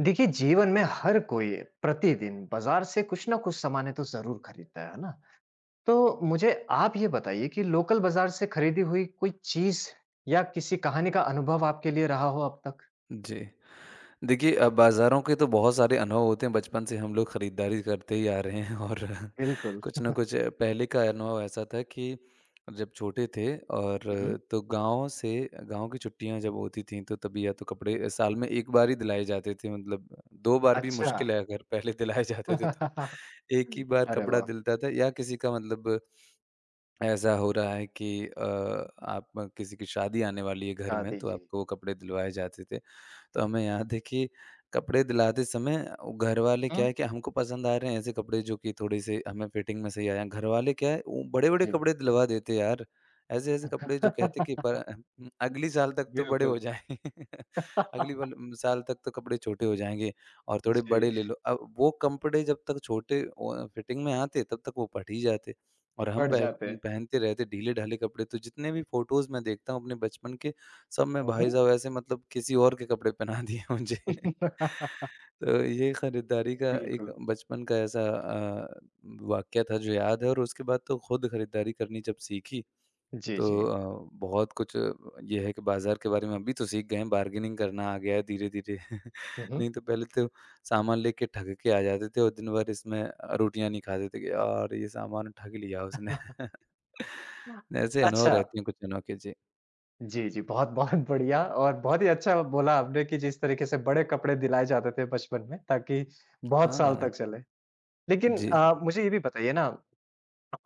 देखिए, जीवन में हर कोई प्रतिदिन बाजार से कुछ ना कुछ सामानें तो जरूर खरीदता है ना। तो मुझे आप ये बताइए कि लोकल बाजार से खरीदी हुई कोई चीज या किसी कहानी का अनुभव आपके लिए रहा हो अब तक। जी। देखिए बाज़ारों के तो बहुत सारे अनुभव होते हैं, बचपन से हम लोग खरीदारी करते ही आ रहे हैं और बिल्कुल। कुछ ना कुछ। पहले का अनुभव ऐसा था कि जब छोटे थे और हम्म। तो गाँव से गाँव की छुट्टियाँ जब होती थीं, तो तभी या तो कपड़े साल में 1 बार ही दिलाए जाते थे। मतलब 2 बार भी अच्छा। मुश्किल है अगर पहले दिलाए जाते थे तो। 1 ही बार अरे कपड़ा वाह! दिलता था, या किसी का मतलब ऐसा हो रहा है कि आप किसी की शादी आने वाली है घर में, शादी तो जी। आपको वो कपड़े दिलवाए जाते थे। तो हमें याद है कि कपड़े दिलाते समय वो घरवाले क्या हम्म, है कि हमको पसंद आ रहे हैं ऐसे कपड़े जो कि थोड़े-से हमें फिटिंग में सही आए हैं। घरवाले क्या है, वो बड़े-बड़े जी। कपड़े दिलवा देते हैं यार। ऐसे-ऐसे कपड़े जो कहते कि अगली साल तक तो बड़े हो बिल्कुल। जाएँ। अगली साल तक तो कपड़े छोटे हो जाएँगे और थोड़े जी। बड़े ले लो। अब वो कपड़े जब तक छोटे, वो फिटिंग में आते तब तक वो फट ही जाते और हम बढ़ पह जाते हैं। पहनते रहते ढीले-ढाले कपड़े। तो जितने भी फ़ोटोज़ मैं देखता हूँ अपने बचपन के, सब में भाई हम्म, साहब ऐसे मतलब किसी और के कपड़े पहना दिए मुझे। तो ये खरीदारी का एक बिल्कुल। बचपन का ऐसा वाक़या था जो याद है। और उसके बाद तो खुद खरीदारी करनी जब सीखी, जी तो जी। बहुत कुछ ये है कि बाज़ार के बारे में अभी तो सीख गए हैं, बार्गेनिंग करना आ गया है धीरे-धीरे। हम्म। नहीं तो पहले तो सामान लेके ठग के आ जाते थे और दिन भर इसमें रोटियाँ नहीं खाते थे कि यार ये सामान ठग लिया उसने। ऐसे अनुभव अच्छा। रहती हैं कुछ अनोखे जी। जी, जी। बहुत, बहुत बढ़िया और बहुत ही अच्छा बोला आपने कि जिस तरीके से बड़े कपड़े दिलाए जाते थे बचपन में ताकि बहुत साल तक हाँ, चले। लेकिन जी। मुझे ये भी बताइए ना।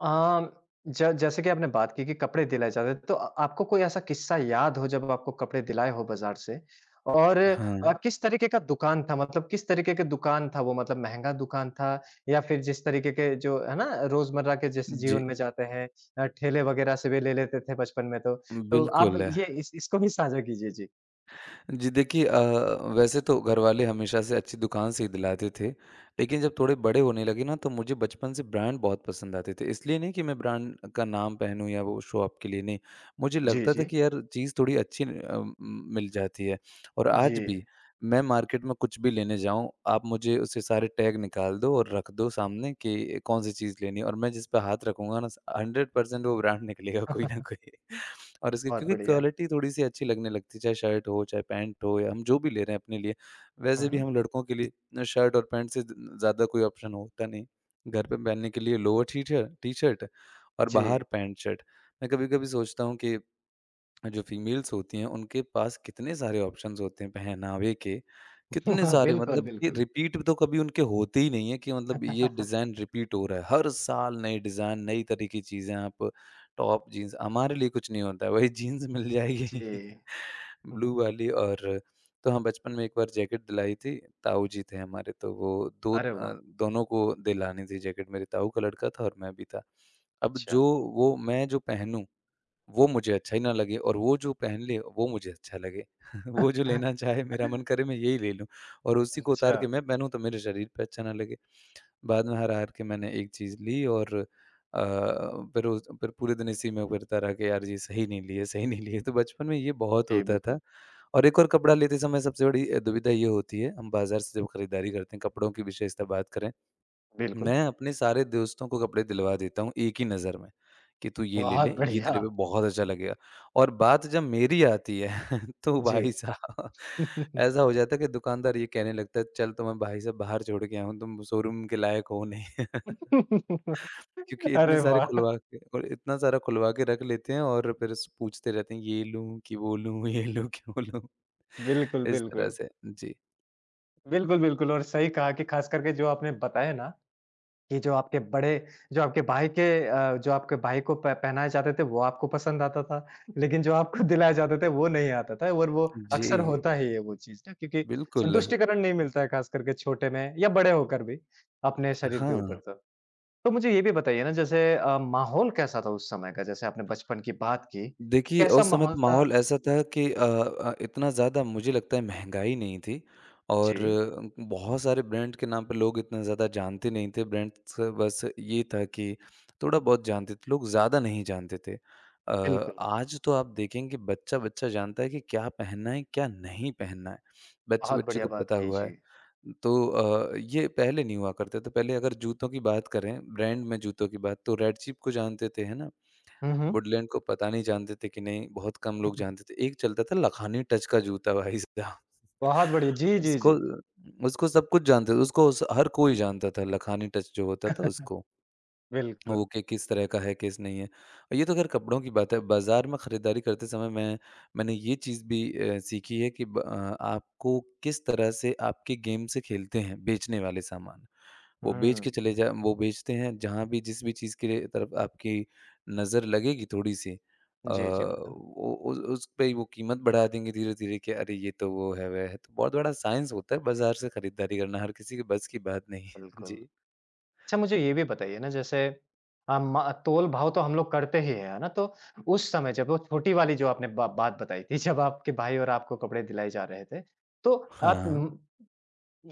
अम, ज जैसे कि आपने बात की कि कपड़े दिलाए जाते हैं, तो आपको कोई ऐसा किस्सा याद हो जब आपको कपड़े दिलाए हो बाज़ार से? और हाँ, किस तरीके का दुकान था, मतलब किस तरीके के दुकान था वो, मतलब महँगा दुकान था या फिर जिस तरीके के जो है ना, रोज़मर्रा के जैसे जीवन जी, में जाते हैं, ठेले वग़ैरह से भी ले लेते थे बचपन में तो। तो आप बिल्कुल। ये इस इसको भी साझा कीजिए जी। जी, देखिए, वैसे तो घरवाले हमेशा से अच्छी दुकान से ही दिलाते थे, लेकिन जब थोड़े बड़े होने लगे ना, तो मुझे बचपन से ब्रांड बहुत पसंद आते थे। इसलिए नहीं कि मैं ब्रांड का नाम पहनूँ, या वो शो ऑफ के लिए नहीं, मुझे जी, लगता था जी। कि यार चीज़ थोड़ी अच्छी मिल जाती है। और आज जी। भी मैं मार्केट में कुछ भी लेने जाऊँ, आप मुझे उससे सारे टैग निकाल दो और रख दो सामने कि कौन-सी चीज़ लेनी है, और मैं जिस पे हाथ रखूँगा ना स 100% वो ब्रांड निकलेगा कोई ना कोई। और इसकी बहुत क्योंकि बढ़िया। क्वालिटी थोड़ी-सी अच्छी लगने लगती है, चाहे शर्ट हो, चाहे पैंट हो, या हम जो भी ले रहे हैं अपने लिए। हुँ, वैसे भी हुँ। हम लड़कों के लिए शर्ट और पैंट से ज ज़्यादा कोई ऑप्शन होता नहीं। घर पे पहनने के लिए लोअर, टी-शर्ट और जी। बाहर पैंट शर्ट। मैं कभी-कभी सोचता हूँ कि जो फीमेल्स होती हैं, उनके पास कितने सारे ऑप्शंस होते हैं पहनावे के, कितने सारे, बिल्कुल, मतलब कि बिल्कुल। रिपीट तो कभी उनके होते ही नहीं है कि, मतलब ये डिज़ाइन रिपीट हो रहा है। हर साल नए डिज़ाइन, नई तरह की चीज़ें, आप टॉप, जीन्स हमारे लिए कुछ नहीं होता है, वही जीन्स मिल जाएगी जी। हुँ, हुँ। ब्लू वाली। और तो हाँ, बचपन में एक बार जैकेट दिलाई थी, ताऊ जी थे हमारे, तो वो अरे वाह! दोनों को दिलानी थी जैकेट, मेरे ताऊ का लड़का था और मैं भी था। अब अच्छा। जो वो मैं जो पहनूँ वो मुझे अच्छा ही ना लगे, और वो जो पहन ले वो मुझे अच्छा लगे। वो जो लेना चाहे मेरा मन करे मैं यही ले लूँ, और उसी को अच्छा, उतार के मैं पहनूँ तो मेरे शरीर पे अच्छा ना लगे। बाद में हार-हार के मैंने एक चीज़ ली, और अ, फिर पूरे दिन इसी में उबरता रहा कि यार ये सही नहीं ली है, सही नहीं ली है। तो बचपन में ये बहुत जी होता था। बिल्कुल, और एक और कपड़ा लेते समय सबसे बड़ी दुविधा ये होती है, हम बाज़ार से जब खरीदारी करते हैं, कपड़ों की विशेषता बात करें, बिल्कुल, मैं अपने सारे दोस्तों को कपड़े दिलवा देता हूँ एक ही नज़र में, कि तू ये ले ले, बहुत ये बढ़िया, तेरे पे बहुत अच्छा लगेगा। और बात जब मेरी आती है तो जी। भाई साहब, ऐसा हो जाता है कि दुकानदार ये कहने लगता है, चल तुम्हें भाई साहब बाहर छोड़ के आया हूँ, तुम शोरूम के लायक हो नहीं। क्योंकि अरे इतने सारे वाह! खुलवा के और इतना सारा खुलवा के रख लेते हैं, और फिर स पूछते रहते हैं, ये लूँ कि वो लूँ, ये लूँ कि वो लूँ। बिल्कुल, इस तरह बिल्कुल। से। जी। बिल्कुल, बिल्कुल और सही कहा कि ख़ास करके जो आपने बताया ना कि जो आपके बड़े, जो आपके भाई के, जो आपके भाई को प पहनाए जाते थे वो आपको पसंद आता था, लेकिन जो आपको दिलाए जाते थे वो नहीं आता था। और वो जी, अक्सर होता ही है वो चीज़ ना, क्योंकि बिल्कुल। संतुष्टिकरण नहीं मिलता है ख़ास करके छोटे में या बड़े होकर भी अपने शरीर के ऊपर हाँ। तो। तो मुझे ये भी बताइए ना, जैसे माहौल कैसा था उस समय का? जैसे आपने बचपन की बात की, देखिए, कैसा उस समय माहौल तो था? माहौल ऐसा था कि इतना ज़्यादा मुझे लगता है महँगाई नहीं थी। और जी, बहुत सारे ब्रांड के नाम पे लोग इतना ज़्यादा जानते नहीं थे। ब्रांड से बस ये था कि थोड़ा बहुत जानते थे, लोग ज़्यादा नहीं जानते थे। बिल्कुल। आज तो आप देखेंगे, बच्चा-बच्चा जानता है कि क्या पहनना है, क्या नहीं पहनना है। बहुत बच्चे-बच्चे बढ़िया को बात पता की, हुआ है। जी। तो ये पहले नहीं हुआ करता था। पहले अगर जूतों की बात करें, ब्रांड में जूतों की बात, तो रेड चीफ को जानते थे, है ना? हुँ, हुँ। वुडलैंड को पता नहीं जानते थे कि नहीं, बहुत कम लोग जानते थे। एक चलता था लखानी टच का जूता भाई साहब। बहुत बढ़िया, जी, जी, उसको जी। उसको सब कुछ जानते थे, उसको स हर कोई जानता था लखानी टच जो होता था उसको। वो बिल्कुल। कि किस तरह का है, किस नहीं है। और ये तो खैर कपड़ों की बात है, बाज़ार में खरीदारी करते समय मैंने ये चीज़ भी सीखी है कि आपको किस तरह से आपके गेम से खेलते हैं बेचने वाले सामान। वो बेच हुँ। के चले जा वो बेचते हैं, जहाँ भी जिस भी चीज़ के तरफ आपकी नज़र लगेगी थोड़ी-सी, जी, जी, बिल्कुल, वो उस पे ही वो कीमत बढ़ा देंगे धीरे-धीरे कि अरे! ये तो वो है, वह है। तो बहुत बड़ा साइंस होता है बाज़ार से खरीदारी करना, हर किसी के बस की बात नहीं है। बिल्कुल। जी। अच्छा, मुझे ये भी बताइए ना। जैसे अ, म तोल-भाव तो हम लोग करते ही हैं, है ना? तो उस समय जब वो छोटी वाली जो आपने बा बात बताई थी जब आपके भाई और आपको कपड़े दिलाए जा रहे थे, तो आप हाँ।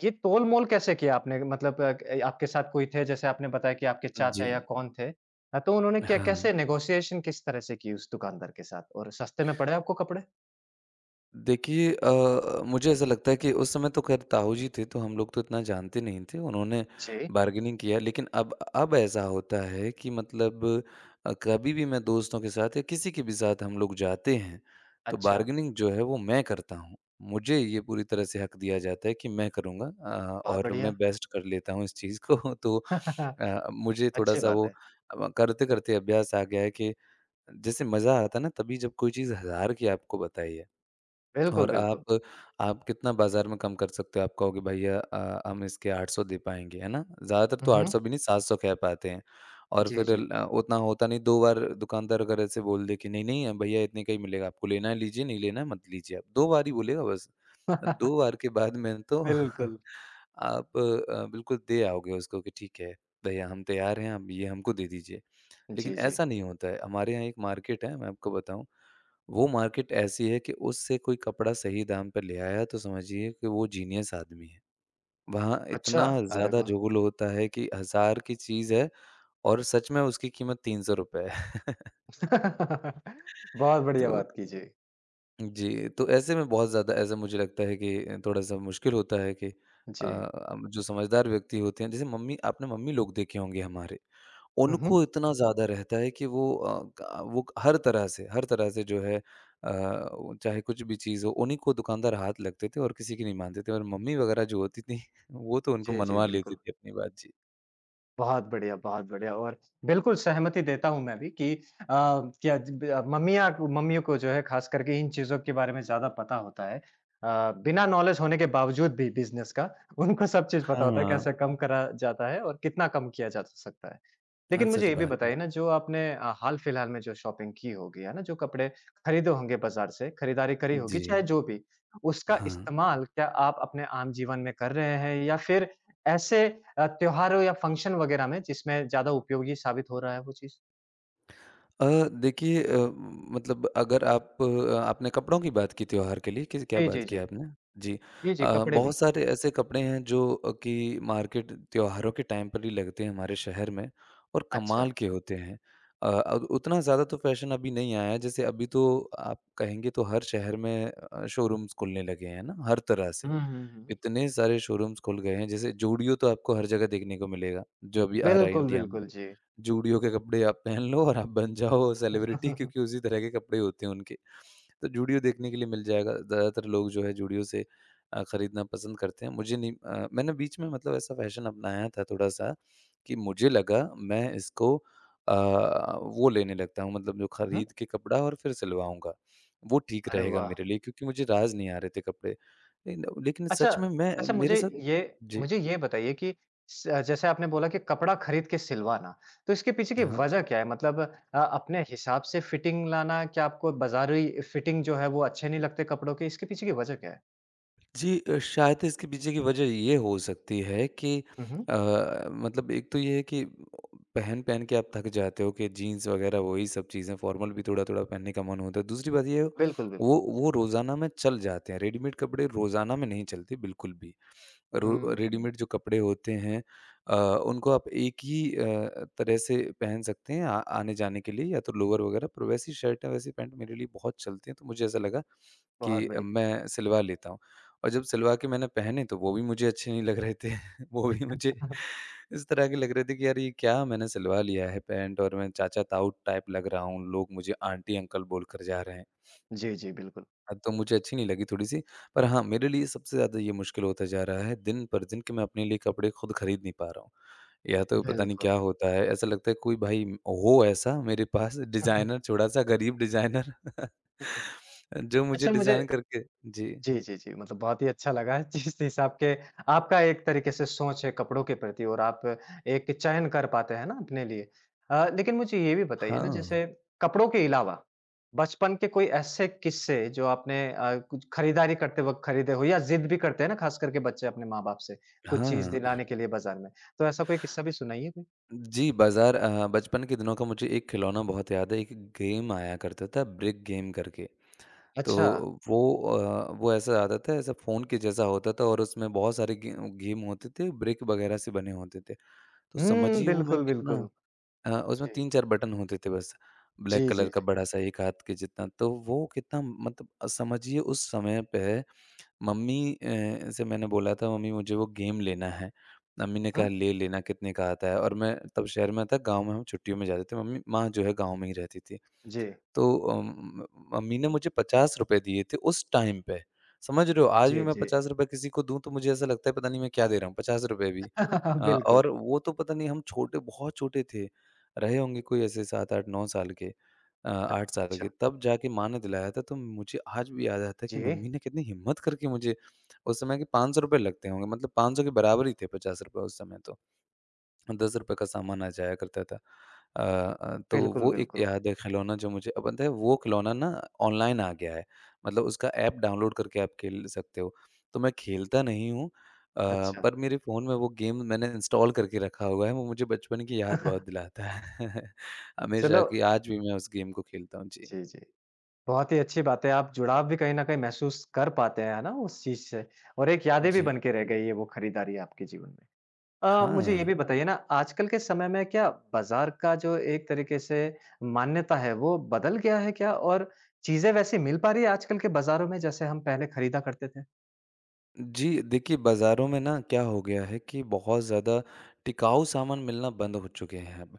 ये तोल-मोल कैसे किया आपने? मतलब अ, क आपके साथ कोई थे, जैसे आपने बताया कि आपके चाचा जी। या कौन थे। तो उन्होंने क्या, हाँ। कैसे नेगोशिएशन किस तरह से की उस दुकानदार के साथ? और सस्ते में पड़े आपको कपड़े? देखिए, मुझे ऐसा लगता है कि उस समय तो खैर ताऊ जी थे, तो हम लोग तो इतना जानते नहीं थे। उन्होंने जी, बार्गेनिंग किया, लेकिन अब ऐसा होता है कि मतलब, कभी भी मैं दोस्तों के साथ या किसी के भी साथ हम लोग जाते हैं, तो अच्छा, बार्गेनिंग जो है वो मैं करता हूँ। मुझे ये पूरी तरह से हक दिया जाता है कि मैं करूँगा, बहुत और बढ़िया। मैं बेस्ट कर लेता हूँ इस चीज़ को। तो मुझे अच्छी थोड़ा-सा बात वो, है। अब करते-करते अभ्यास आ गया है कि जैसे मज़ा आता है ना, तभी जब कोई चीज़ 1000 की आपको बताई है। बिल्कुल, और बिल्कुल। आप कितना बाज़ार में कम कर सकते हो? आप कहोगे भैया, हम इसके 800 दे पाएँगे, है ना? ज़्यादातर हुँ, तो हुँ। 800 भी नहीं, 700 कह पाते हैं। और जी, फिर जी। उतना होता नहीं। 2 बार दुकानदार अगर ऐसे बोल दे कि नहीं-नहीं भैया इतने का ही मिलेगा, आपको लेना है लीजिए, नहीं लेना है मत लीजिए आप। 2 बार ही बोलेगा बस। 2 बार के बाद में तो बिल्कुल। आप बिल्कुल दे आओगे उसको कि ठीक है भैया हम तैयार हैं, आप ये हमको दे दीजिए। लेकिन जी, जी। ऐसा नहीं होता है। हमारे यहाँ एक मार्केट है, मैं आपको बताऊँ, वो मार्केट ऐसी है कि उससे कोई कपड़ा सही दाम पे ले आया तो समझिए कि वो जीनियस आदमी है। वहाँ अच्छा, इतना अरे ज़्यादा वाह! चुगल होता है कि 1000 की चीज़ है और सच में उसकी कीमत ₹300 है। बहुत बढ़िया तो बात की जी। जी, तो ऐसे में बहुत ज़्यादा, ऐसा मुझे लगता है कि थोड़ा-सा मुश्किल होता है कि जी। जो समझदार व्यक्ति होते हैं, जैसे मम्मी, आपने मम्मी लोग देखे होंगे हमारे। हुँ, हुँ। उनको इतना ज़्यादा रहता है कि वो अ, क वो हर तरह से जो है, वो चाहे कुछ भी चीज़ हो, उन्हीं को दुकानदार हाथ लगते थे और किसी की नहीं मानते थे। और मम्मी वगैरह जो होती थी, वो तो उनको जी, जी, मनवा लेती बिल्कुल। थी अपनी बात। जी। बहुत बढ़िया और बिल्कुल सहमति देता हूँ मैं भी कि अ, क्या ज ब मम्मियाँ, मम्मियों को जो है ख़ास करके इन चीज़ों के बारे में ज़्यादा पता होता है। बिना नॉलेज होने के बावजूद भी बिज़नेस का उनको सब चीज़ हाँ, पता होता है, कैसे कम करा जाता है और कितना कम किया जा सकता है। हाँ, लेकिन मुझे सच ये भी बात है। बताइए ना, जो आपने हाल-फिलहाल में जो शॉपिंग की होगी, है ना? जो कपड़े खरीदे होंगे बाज़ार से, खरीदारी करी होगी, चाहे जी, जो भी, उसका हाँ। इस्तेमाल क्या आप अपने आम जीवन में कर रहे हैं या फिर ऐसे त्योहारों या फंक्शन वगैरह में जिसमें ज़्यादा उपयोगी साबित हो रहा है वो चीज़? अ, देखिए, मतलब अगर आपने कपड़ों की बात की, त्योहार के लिए किस क्या जी, बात जी, की जी। आपने? जी। जी, जी, कपड़े भी। बहुत सारे ऐसे कपड़े हैं जो कि मार्केट त्योहारों के टाइम पर ही लगते हैं हमारे शहर में और अच्छा। कमाल के होते हैं। अब उतना ज़्यादा तो फ़ैशन अभी नहीं आया है, जैसे अभी तो आप कहेंगे तो हर शहर में शोरूम्स खुलने लगे हैं ना, हर तरह से। हुँ, हुँ, हुँ। इतने सारे शोरूम्स खुल गए हैं, जैसे जूडियो तो आपको हर जगह देखने को मिलेगा, जो अभी आ रहा है बिल्कुल, इंडिया में। बिल्कुल, जी। जूडियो के कपड़े आप पहन लो और आप बन जाओ सेलिब्रिटी क्योंकि उसी तरह के कपड़े होते हैं उनके। तो जूडियो देखने के लिए मिल जाएगा, ज़्यादातर लोग जो है जूडियो से खरीदना पसंद करते हैं। मुझे नहीं मैंने बीच में मतलब ऐसा फैशन अपनाया था थोड़ा-सा कि मुझे लगा मैं इसको अ, वो लेने लगता हूँ मतलब जो हुँ, हुँ। खरीद के कपड़ा और फिर सिलवाऊँगा। वो ठीक अरे रहेगा वाह! मेरे लिए क्योंकि मुझे राज़ नहीं आ रहे थे कपड़े। लेकिन लेकिन अच्छा। सच में मैं अच्छा मुझे मेरे साथ ये जी, मुझे ये बताइए कि स जैसे आपने बोला कि कपड़ा खरीद के सिलवाना, तो इसके पीछे की हाँ। वजह क्या है? मतलब अपने हिसाब से फिटिंग लाना, क्या आपको बाज़ारी फिटिंग जो है वो अच्छे नहीं लगते कपड़ों के, इसके पीछे की वजह क्या है? जी शायद इसके पीछे की वजह ये हो सकती है कि हुँ, हुँ। अ, मतलब एक तो ये है कि पहन पहन के आप थक जाते हो कि जीन्स वगैरह वही सब चीज़ें फॉर्मल भी थोड़ा थोड़ा पहनने का मन होता है, दूसरी बात ये है, बिल्कुल, बिल्कुल। वो रोज़ाना में चल जाते हैं, रेडीमेड कपड़े रोज़ाना में नहीं चलते बिल्कुल भी। हुँ, रेडीमेड जो कपड़े होते हैं अ, उनको आप एक ही तरह से पहन सकते हैं, आने जाने के लिए या तो लोअर वगैरह पर, वैसी शर्ट है वैसी पैंट मेरे लिए बहुत चलती हैं, तो मुझे ऐसा लगा बहुत कि बढ़िया। मैं सिलवा लेता हूँ। और जब सिलवा के मैंने पहने तो वो भी मुझे अच्छे नहीं लग रहे थे। वो भी मुझे इस तरह के लग रहे थे कि यार ये क्या मैंने सिलवा लिया है पैंट, और मैं चाचा-ताऊ टाइप लग रहा हूँ, लोग मुझे आंटी-अंकल बोलकर जा रहे हैं। जी, जी, बिल्कुल। तो मुझे अच्छी नहीं लगी थोड़ी-सी। पर हाँ, मेरे लिए सबसे ज़्यादा ये मुश्किल होता जा रहा है दिन पर दिन कि मैं अपने लिए कपड़े खुद खरीद नहीं पा रहा हूँ। या तो पता नहीं बिल्कुल। क्या होता है, ऐसा लगता है कोई भाई हो ऐसा मेरे पास डिज़ाइनर, थोड़ा-सा गरीब डिज़ाइनर जो मुझे अच्छा मुझे डिज़ाइन करके। जी। जी, जी, जी, मतलब बहुत ही अच्छा लगा जिस हिसाब के आपका एक तरीके से सोच है कपड़ों के प्रति और आप एक चयन कर पाते हैं ना अपने लिए। लेकिन मुझे ये भी बताइए ना, हाँ, जैसे कपड़ों के अलावा, बचपन के कोई ऐसे किस्से जो आपने कुछ खरीदारी करते वक़्त खरीदे हो, या ज़िद भी करते हैं ना ख़ास करके बच्चे अपने माँ-बाप से, कुछ चीज़ हाँ। दिलाने के लिए बाज़ार में, तो ऐसा कोई किस्सा भी सुनाइए कोई? जी, बाज़ार बचपन के दिनों का मुझे एक खिलौना बहुत याद है, एक गेम आया करता था ब्रिक गेम करके। तो अच्छा। वो वो ऐसा आता था, ऐसा फ़ोन के जैसा होता था और उसमें बहुत सारे गे गेम होते थे, ब्रिक वगैरह से बने होते थे। तो हुँ, समझिए वो मैं बिल्कुल, कितना। बिल्कुल। उसमें जी। 3-4 बटन होते थे बस, ब्लैक जी, जी, कलर का जी। बड़ा-सा एक हाथ के जितना। तो वो कितना मतलब समझिए उस समय पे मम्मी से मैंने बोला था, मम्मी मुझे वो गेम लेना है। मम्मी ने हुँ। कहा ले लेना कितने का आता है, और मैं तब शहर में था, गाँव में हम छुट्टियों में जाते थे। मम्मी माँ जो है गाँव में ही रहती थी। जी। तो मम्मी ने मुझे ₹50 दिए थे उस टाइम पे, समझ रहे हो? आज भी जी, मैं जी। ₹50 किसी को दूँ तो मुझे ऐसा लगता है पता नहीं मैं क्या दे रहा हूँ, ₹50 भी। बिल्कुल। और वो तो पता नहीं, हम छोटे बहुत छोटे थे, रहे होंगे कोई ऐसे 7, 8, 9 साल के। अ, 8 साल अच्छा, के, तब जाके माँ ने दिलाया था। तो मुझे आज भी याद आता है कि जी, मम्मी ने कितनी हिम्मत करके मुझे उस समय के ₹500 लगते होंगे, मतलब 500 के बराबर ही थे ₹50 उस समय तो। ₹10 का सामान आ जाया करता था। अ तो बिल्कुल, वो एक बिल्कुल। याद है खिलौना, जो मुझे अब पता है वो खिलौना ना ऑनलाइन आ गया है। मतलब उसका ऐप डाउनलोड करके आप खेल सकते हो। तो मैं खेलता नहीं हूँ, अ, अच्छा, पर मेरे फ़ोन में वो गेम मैंने इंस्टॉल करके रखा हुआ है। वो मुझे बचपन की याद बहुत दिलाता है। चलो हमेशा, कि आज भी मैं उस गेम को खेलता हूँ। जी। जी, जी, बहुत ही अच्छी बात है, आप जुड़ाव भी कहीं न कहीं महसूस कर पाते हैं, है ना, उस चीज़ से, और एक यादें भी जी। बन के रह गई है वो खरीदारी आपके जीवन में। मुझे ये भी हाँ। बताइए ना, आजकल के समय में क्या बाज़ार का जो एक तरीके से मान्यता है, वो बदल गया है क्या? और चीज़ें वैसी मिल पा रही है आजकल के बाज़ारों में, जैसे हम पहले खरीदा करते थे? जी, देखिए बाज़ारों में ना क्या हो गया है कि बहुत ज़्यादा टिकाऊ सामान मिलना बंद हो चुके हैं अब।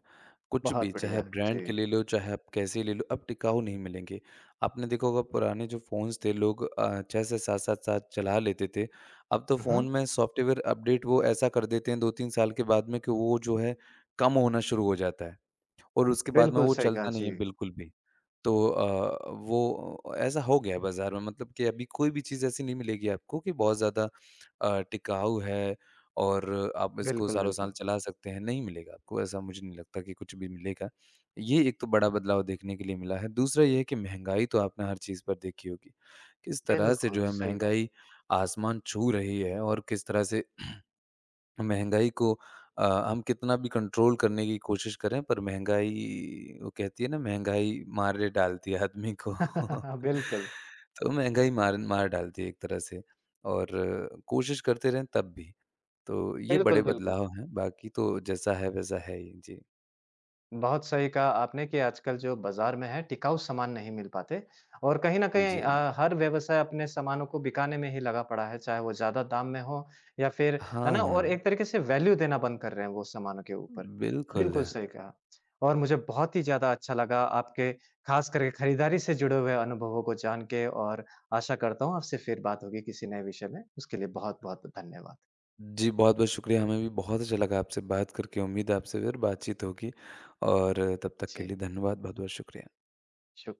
कुछ बहुत भी, चाहे बढ़िया, आप ब्रांड के जी। ले लो, चाहे आप कैसे ले लो, अब टिकाऊ नहीं मिलेंगे। आपने देखा होगा पुराने जो फ़ोन्स थे लोग 6 से 7-7 साल चला लेते थे। अब तो हुँ, हुँ, फ़ोन में सॉफ्टवेयर अपडेट वो ऐसा कर देते हैं 2-3 साल के बाद में कि वो जो है कम होना शुरू हो जाता है, और उसके बाद में बिल्कुल वो सही कहा, चलता नहीं जी। है बिल्कुल भी। तो वो ऐसा हो गया है बाज़ार में, मतलब कि अभी कोई भी चीज़ ऐसी नहीं मिलेगी आपको कि बहुत ज़्यादा टिकाऊ है और आप इसको बिल्कुल, सालों-साल बिल्कुल। चला सकते हैं, नहीं मिलेगा आपको, ऐसा मुझे नहीं लगता कि कुछ भी मिलेगा। ये एक तो बड़ा बदलाव देखने के लिए मिला है, दूसरा ये है कि महँगाई तो आपने हर चीज़ पर देखी होगी। किस तरह से बिल्कुल, जो है सही बात। महँगाई आसमान छू रही है और किस तरह से महँगाई को हम कितना भी कंट्रोल करने की कोशिश करें पर महँगाई, वो कहती है ना महँगाई मार डालती है आदमी को। बिल्कुल, तो महँगाई मार मार डालती है एक तरह से, और कोशिश करते रहें तब भी। तो ये बड़े बिल्कुल, बिल्कुल। बदलाव हैं, बाकी तो जैसा है वैसा है ही। जी, बहुत सही कहा आपने कि आजकल जो बाज़ार में है टिकाऊ सामान नहीं मिल पाते, और कहीं न कहीं जी। हर व्यवसाय अपने सामानों को बिकाने में ही लगा पड़ा है, चाहे वो ज़्यादा दाम में हो या फिर, है ना? हाँ, और एक तरीके से वैल्यू देना बंद कर रहे हैं वो सामानों के ऊपर। बिल्कुल बिल्कुल। सही कहा। और मुझे बहुत ही ज़्यादा अच्छा लगा आपके ख़ास करके खरीदारी से जुड़े हुए अनुभवों को जान के, और आशा करता हूँ आपसे फिर बात होगी किसी नए विषय में। उसके लिए बहुत-बहुत धन्यवाद। जी, बहुत-बहुत शुक्रिया, हमें भी बहुत अच्छा लगा आपसे बात करके। उम्मीद है आपसे फिर बातचीत होगी और तब तक के जी, लिए धन्यवाद, बहुत-बहुत शुक्रिया। शुक